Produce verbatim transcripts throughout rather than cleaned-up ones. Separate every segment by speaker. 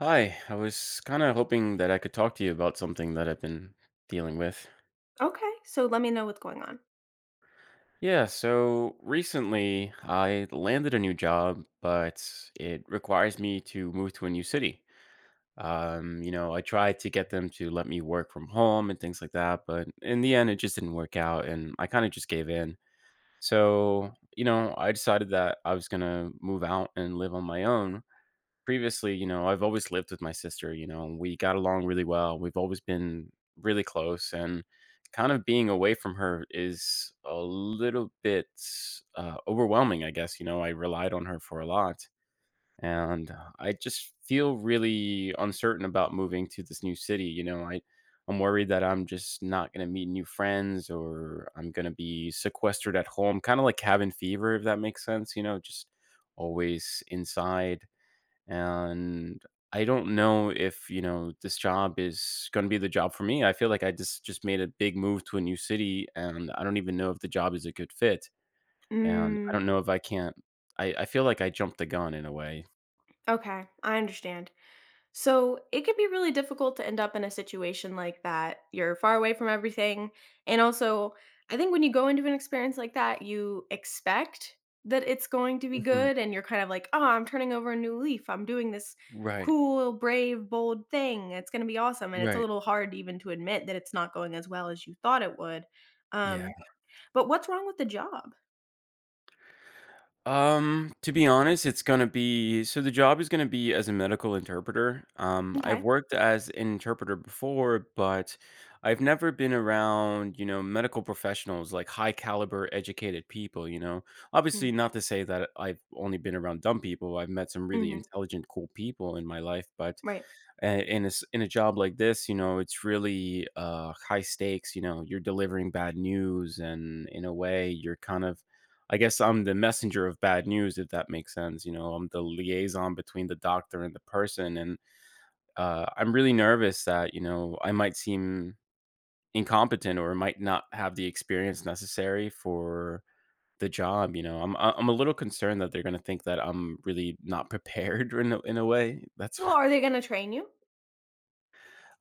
Speaker 1: Hi, I was kind of hoping that I could talk to you about something that I've been dealing with.
Speaker 2: Okay, so let me know what's going on.
Speaker 1: Yeah, so recently I landed a new job, but it requires me to move to a new city. Um, you know, I tried to get them to let me work from home and things like that, but in the end it just didn't work out and I kind of just gave in. So, you know, I decided that I was going to move out and live on my own previously. you know, I've always lived with my sister, you know, and we got along really well. We've always been really close, and kind of being away from her is a little bit uh, overwhelming, I guess. You know, I relied on her for a lot, and I just feel really uncertain about moving to this new city. You know, I I'm worried that I'm just not going to meet new friends, or I'm going to be sequestered at home, kind of like cabin fever, if that makes sense, you know, just always inside. And I don't know if, you know, this job is going to be the job for me. I feel like I just just made a big move to a new city and I don't even know if the job is a good fit. And I
Speaker 2: Mm,
Speaker 1: don't know if I can't. I I feel like I jumped the gun in a way.
Speaker 2: okay, I understand. So it can be really difficult to end up in a situation like that. You're far away from everything. And also, I think when you go into an experience like that, you expect that it's going to be
Speaker 1: Mhm.
Speaker 2: good. And you're kind of like, oh, I'm turning over a new leaf. I'm doing this
Speaker 1: Right.
Speaker 2: cool, brave, bold thing. It's going to be awesome. And it's a
Speaker 1: Right.
Speaker 2: little hard even to admit that it's not going as well as you thought it would.
Speaker 1: Yeah.
Speaker 2: Um, but what's wrong with the job?
Speaker 1: Um, to be honest, it's gonna be so the job is gonna be as a medical interpreter. Um, I've
Speaker 2: Okay.
Speaker 1: worked as an interpreter before, but I've never been around, you know, medical professionals, like high caliber educated people, you know. Obviously, not to say that I've only been around dumb people. I've met some really
Speaker 2: Mm-hmm.
Speaker 1: intelligent, cool people in my life, but
Speaker 2: Right.
Speaker 1: uh, in a, s- in a job like this, you know, it's really uh, high stakes. You know, you're delivering bad news, and in a way, you're kind of. I guess I'm the messenger of bad news, if that makes sense. You know, I'm the liaison between the doctor and the person. And uh, I'm really nervous that, you know, I might seem incompetent or might not have the experience necessary for the job. You know, I'm, I- I'm a little concerned that they're going to think that I'm really not prepared in a, in a way. That's
Speaker 2: Well, are they gonna train you?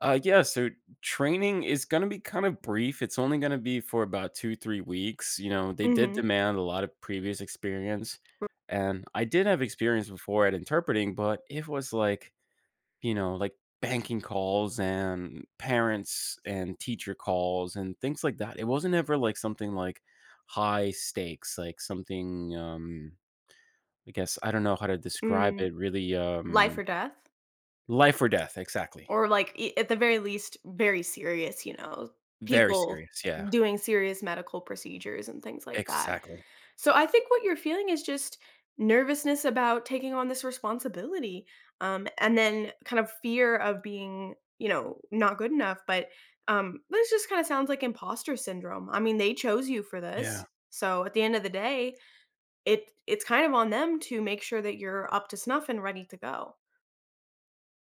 Speaker 1: Uh, yeah, so training is going to be kind of brief. It's only going to be for about two, three weeks. You know, they did
Speaker 2: Mhm,
Speaker 1: demand a lot of previous experience. And I did have experience before at interpreting, but it was like, you know, like banking calls and parents and teacher calls and things like that. It wasn't ever like something like high stakes, like something, um, I guess, I don't know how to describe
Speaker 2: mm,
Speaker 1: it really.
Speaker 2: life
Speaker 1: Um,
Speaker 2: or death?
Speaker 1: life or death, exactly.
Speaker 2: Or, like, e at the very least, very serious, you know,
Speaker 1: Very
Speaker 2: people
Speaker 1: serious. Yeah,
Speaker 2: doing serious medical procedures and things like that.
Speaker 1: exactly.
Speaker 2: So, I think what you're feeling is just nervousness about taking on this responsibility, um, and then kind of fear of being, you know, not good enough, but, um, this just kinda sounds like imposter syndrome. I mean, they chose you for
Speaker 1: Yeah.
Speaker 2: this, so at the end of the day It it's kind of on them to make sure that you're up to snuff and ready to go.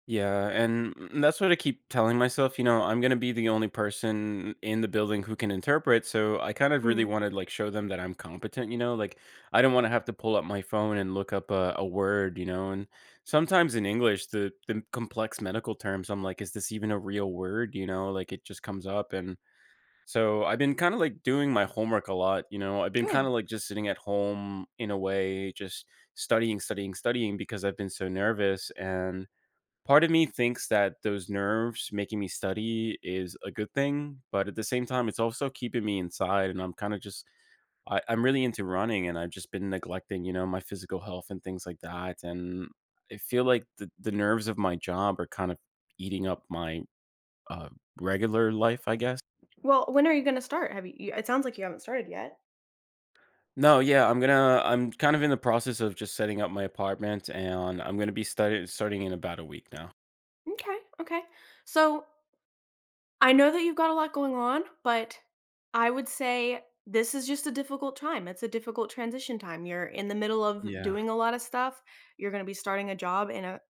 Speaker 1: Yeah, and mm, that's what I keep telling myself. you know, I'm gonna be the only person in the building who can interpret, so I kind of really
Speaker 2: Mhm,
Speaker 1: wanna, like, show them that I'm competent, you know? Like, I don't wanna have to pull up my phone and look up a a word, you know? And sometimes in English, the the complex medical terms, I'm like, "Is this even a real word?" You know? Like, it just comes up, and so I've been kinda, like, doing my homework a lot, you know? I've been kinda,
Speaker 2: good.
Speaker 1: like, just sitting at home in a way, just studying, studying, studying because I've been so nervous, and part of me thinks that those nerves making me study is a good thing, but at the same time, it's also keeping me inside. And I'm kind of just, I, I'm really into running and I've just been neglecting, you know, my physical health and things like that. And I feel like the, the nerves of my job are kind of eating up my uh, regular life, I guess.
Speaker 2: Well, when are you gonna start? Have you you it sounds like you haven't started yet.
Speaker 1: No, yeah, I'm gonna, I'm kind of in the process of just setting up my apartment and I'm gonna be study, starting in about a week now.
Speaker 2: Okay, okay. So, I know that you've got a lot going on, but I would say this is just a difficult time. It's a difficult transition time. You're in the middle of
Speaker 1: Yeah.
Speaker 2: doing a lot of stuff. You're gonna be starting a job in a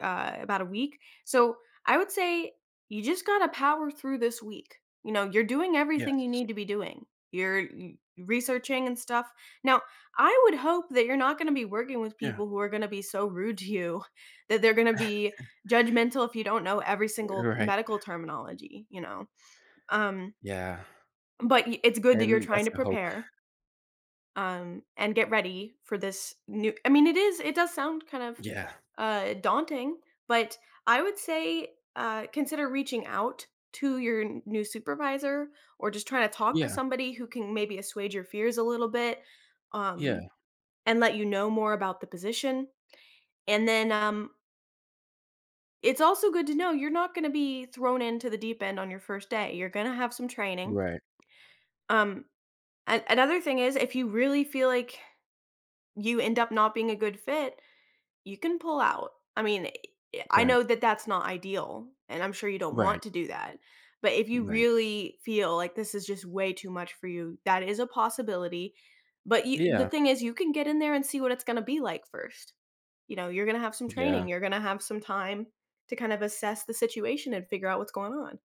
Speaker 2: uh, about a week. So I would say you just gotta power through this week. You know, you're doing everything you
Speaker 1: Yes.
Speaker 2: need to be doing. You're y- researching and stuff. Now, I would hope that you're not going to be working with
Speaker 1: Yeah.
Speaker 2: people who are going to be so rude to you that they're going to be judgmental if you don't know every
Speaker 1: You're
Speaker 2: single
Speaker 1: right.
Speaker 2: medical terminology, you know. Um
Speaker 1: Yeah.
Speaker 2: but y- it's good that you're
Speaker 1: And
Speaker 2: trying
Speaker 1: that's
Speaker 2: to
Speaker 1: the hope.
Speaker 2: prepare um and get ready for this new I mean it is it does sound kind of
Speaker 1: Yeah.
Speaker 2: uh, daunting, but I would say uh, consider reaching out to your n- new supervisor or just trying to talk to
Speaker 1: Yeah.
Speaker 2: somebody who can maybe assuage your fears a little bit
Speaker 1: Yeah.
Speaker 2: um, and let you know more about the position. And then um, it's also good to know you're not going to be thrown into the deep end on your first day. You're going to have some training.
Speaker 1: Right.
Speaker 2: Um, and another thing is, if you really feel like you end up not being a good fit, you can pull out. I mean, eh, I
Speaker 1: Right.
Speaker 2: know that that's not ideal, and I'm sure you don't
Speaker 1: Right.
Speaker 2: want to do that, but if you
Speaker 1: Right.
Speaker 2: really feel like this is just way too much for you, that is a possibility, but you the
Speaker 1: Yeah.
Speaker 2: thing is you can get in there and see what it's gonna be like first. You know, you're gonna have some
Speaker 1: Yeah.
Speaker 2: training, you're gonna have some time to kind of assess the situation and figure out what's going on.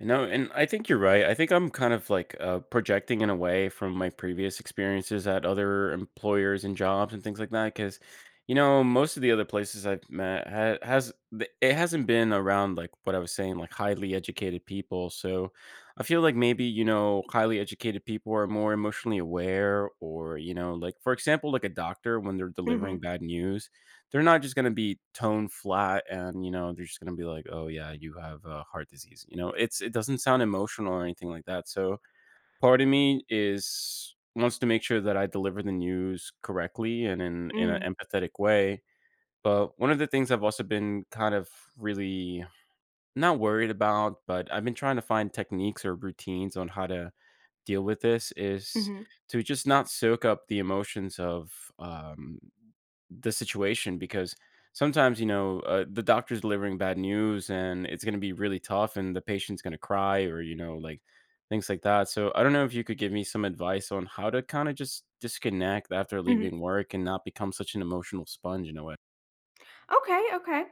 Speaker 1: No, and I think you're right. I think I'm kind of like uh, projecting in a way from my previous experiences at other employers and jobs and things like that. Because, you know, most of the other places I've met ha- has th- it hasn't been around like what I was saying, like highly educated people. So I feel like maybe you know, highly educated people are more emotionally aware, or you know, like for example, like a doctor when they're delivering
Speaker 2: Mhm.
Speaker 1: bad news, they're not just going to be tone flat, and you know they're just going to be like, oh yeah, you have uh, heart disease. you know it's it doesn't sound emotional or anything like that. So part of me is wants to make sure that I deliver the news correctly and in in an
Speaker 2: Mm.
Speaker 1: empathetic way. But one of the things I've also been kind of really not worried about, but I've been trying to find techniques or routines on how to deal with this is
Speaker 2: Mhm.
Speaker 1: to just not soak up the emotions of um, the situation, because sometimes you know uh, the doctor's delivering bad news and it's going to be really tough, and the patient's going to cry, or you know like things like that. So I don't know if you could give me some advice on how to kind of just disconnect after
Speaker 2: Mhm.
Speaker 1: leaving work and not become such an emotional sponge in a way.
Speaker 2: Okay, okay.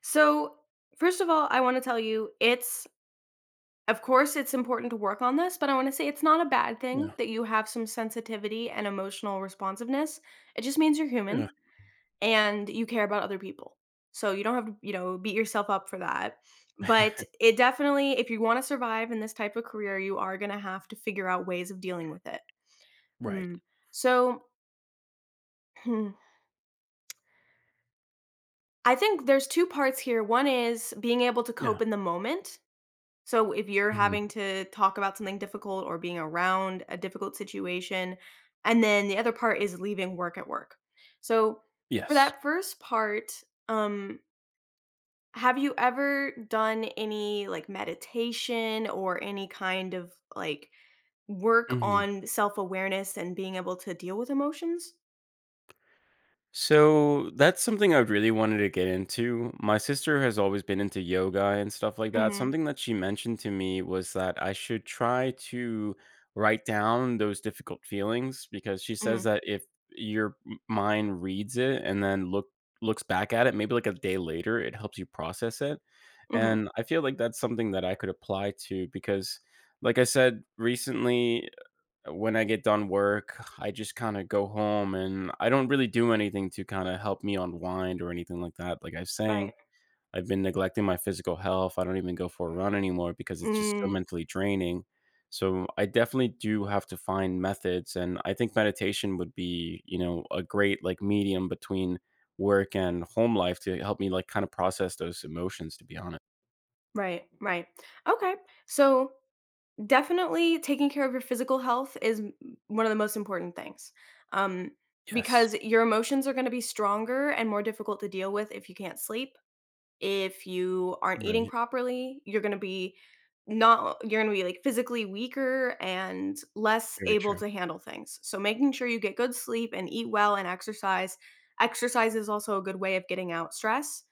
Speaker 2: So, first of all, I wanna tell you it's Of course, it's important to work on this, but I want to say it's not a bad thing
Speaker 1: Yeah.
Speaker 2: that you have some sensitivity and emotional responsiveness. It just means you're
Speaker 1: Yeah.
Speaker 2: human and you care about other people. So you don't have to, you know, beat yourself up for that. But it definitely, if you want to survive in this type of career, you are going to have to figure out ways of dealing with it.
Speaker 1: Right.
Speaker 2: Hmm. So hmm, I think there's two parts here. One is being able to
Speaker 1: Yeah.
Speaker 2: cope in the moment. So if you're
Speaker 1: Mhm,
Speaker 2: having to talk about something difficult or being around a difficult situation, and then the other part is leaving work at work. So for
Speaker 1: yes.
Speaker 2: that first part, um, have you ever done any like meditation or any kind of like work
Speaker 1: Mhm.
Speaker 2: on self awareness and being able to deal with emotions?
Speaker 1: So that's something I really wanted to get into. My sister has always been into yoga and stuff like that.
Speaker 2: Mm-hmm.
Speaker 1: Something that she mentioned to me was that I should try to write down those difficult feelings, because she says that if your m- mind reads it and then look looks back at it maybe like a day later, it helps you process it.
Speaker 2: Mm-hmm.
Speaker 1: And I feel like that's something that I could apply to, because like I said recently, when I get done work, I just kinda go home, and I don't really do anything to kinda help me unwind or anything like that, like I was saying.
Speaker 2: Right.
Speaker 1: I've been neglecting my physical health. I don't even go for a run anymore because it's just so
Speaker 2: Mm,
Speaker 1: mentally draining. So, I definitely do have to find methods, and I think meditation would be, you know, a great, like, medium between work and home life to help me, like, kinda process those emotions, to be honest.
Speaker 2: right. Right. Okay. So definitely taking care of your physical health is m- one of the most important things. Um,
Speaker 1: Yes.
Speaker 2: because your emotions are going to be stronger and more difficult to deal with if you can't sleep, if you aren't eating
Speaker 1: Right.
Speaker 2: properly, you're gonna be not you're gonna be like physically weaker and less
Speaker 1: Very
Speaker 2: able
Speaker 1: true.
Speaker 2: to handle things. So making sure you get good sleep and eat well and exercise. Exercise is also a good way of getting out stress.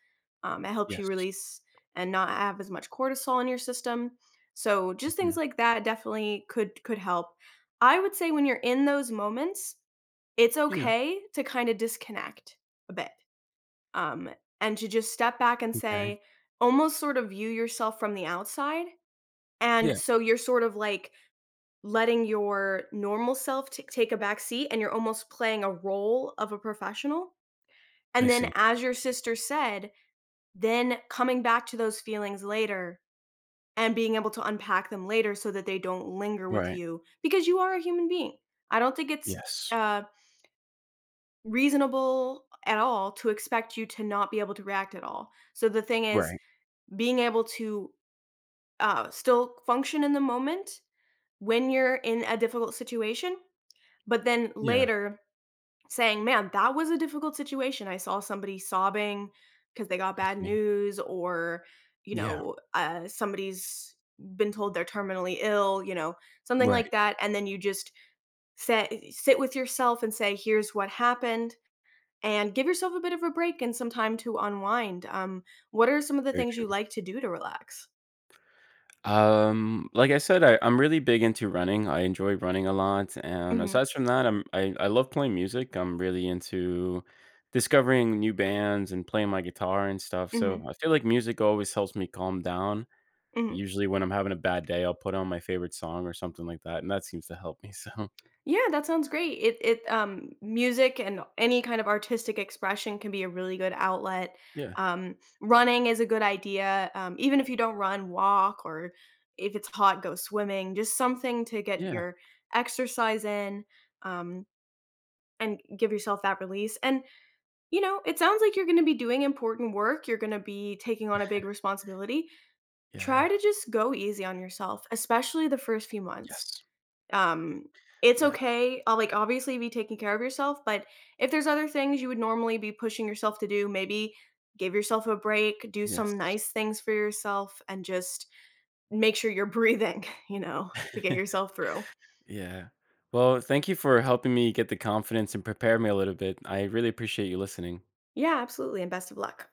Speaker 2: Um, it helps you
Speaker 1: Yes.
Speaker 2: release and not have as much cortisol in your system. So just things
Speaker 1: Mhm.
Speaker 2: like that definitely could could help. I would say when you're in those moments, it's
Speaker 1: Yeah.
Speaker 2: okay to kind of disconnect a bit, um, and to just step back and
Speaker 1: Okay.
Speaker 2: say, almost sort of view yourself from the outside. And
Speaker 1: Yeah.
Speaker 2: so you're sort of like letting your normal self t- take a back seat and you're almost playing a role of a professional.
Speaker 1: I
Speaker 2: And then,
Speaker 1: see.
Speaker 2: as your sister said, then coming back to those feelings later and being able to unpack them later so that they don't linger with
Speaker 1: Right.
Speaker 2: you because you are a human being. I don't think it's
Speaker 1: Yes.
Speaker 2: uh, reasonable at all to expect you to not be able to react at all. So the thing is,
Speaker 1: Right.
Speaker 2: being able to uh, still function in the moment when you're in a difficult situation, but then
Speaker 1: Yeah,
Speaker 2: later saying, man, that was a difficult situation. I saw somebody sobbing because they got
Speaker 1: I
Speaker 2: bad
Speaker 1: see.
Speaker 2: news, or, you
Speaker 1: Yeah.
Speaker 2: know, uh, somebody's been told they're terminally ill, you know, something like
Speaker 1: Right.
Speaker 2: that. And then you just say, sit with yourself and say, here's what happened. And give yourself a bit of a break and some time to unwind. Um, what are some of the
Speaker 1: Very
Speaker 2: things
Speaker 1: true.
Speaker 2: you like to do to relax?
Speaker 1: Um, like I said, I I'm really big into running. I enjoy running a lot, and
Speaker 2: Hmm.
Speaker 1: aside from that, I'm I I love playing music. I'm really into discovering new bands and playing my guitar and stuff,
Speaker 2: Hmm.
Speaker 1: so I feel like music always helps me calm down.
Speaker 2: Mhm.
Speaker 1: Usually when I'm having a bad day, I'll put on my favorite song or something like that, and that seems to help me, so
Speaker 2: Yeah, that sounds great. It it um music and any kind of artistic expression can be a really good outlet.
Speaker 1: Yeah.
Speaker 2: Um, running is a good idea. Um, even if you don't run, walk or if it's hot, go swimming. Just something to get
Speaker 1: Yeah.
Speaker 2: your exercise in, um, and give yourself that release. And you know, it sounds like you're going to be doing important work. You're going to be taking on a big responsibility. Try
Speaker 1: Yeah.
Speaker 2: to just go easy on yourself, especially the first few months.
Speaker 1: Yes.
Speaker 2: Um, it's
Speaker 1: Yeah.
Speaker 2: okay, uh, like, obviously be taking care of yourself, but if there's other things you would normally be pushing yourself to do, maybe give yourself a break, do some
Speaker 1: Yes.
Speaker 2: nice things for yourself, and just make sure you're breathing, you know, to get yourself through.
Speaker 1: Yeah. Well, thank you for helping me get the confidence and prepare me a little bit. I really appreciate you listening.
Speaker 2: Yeah, absolutely, and best of luck.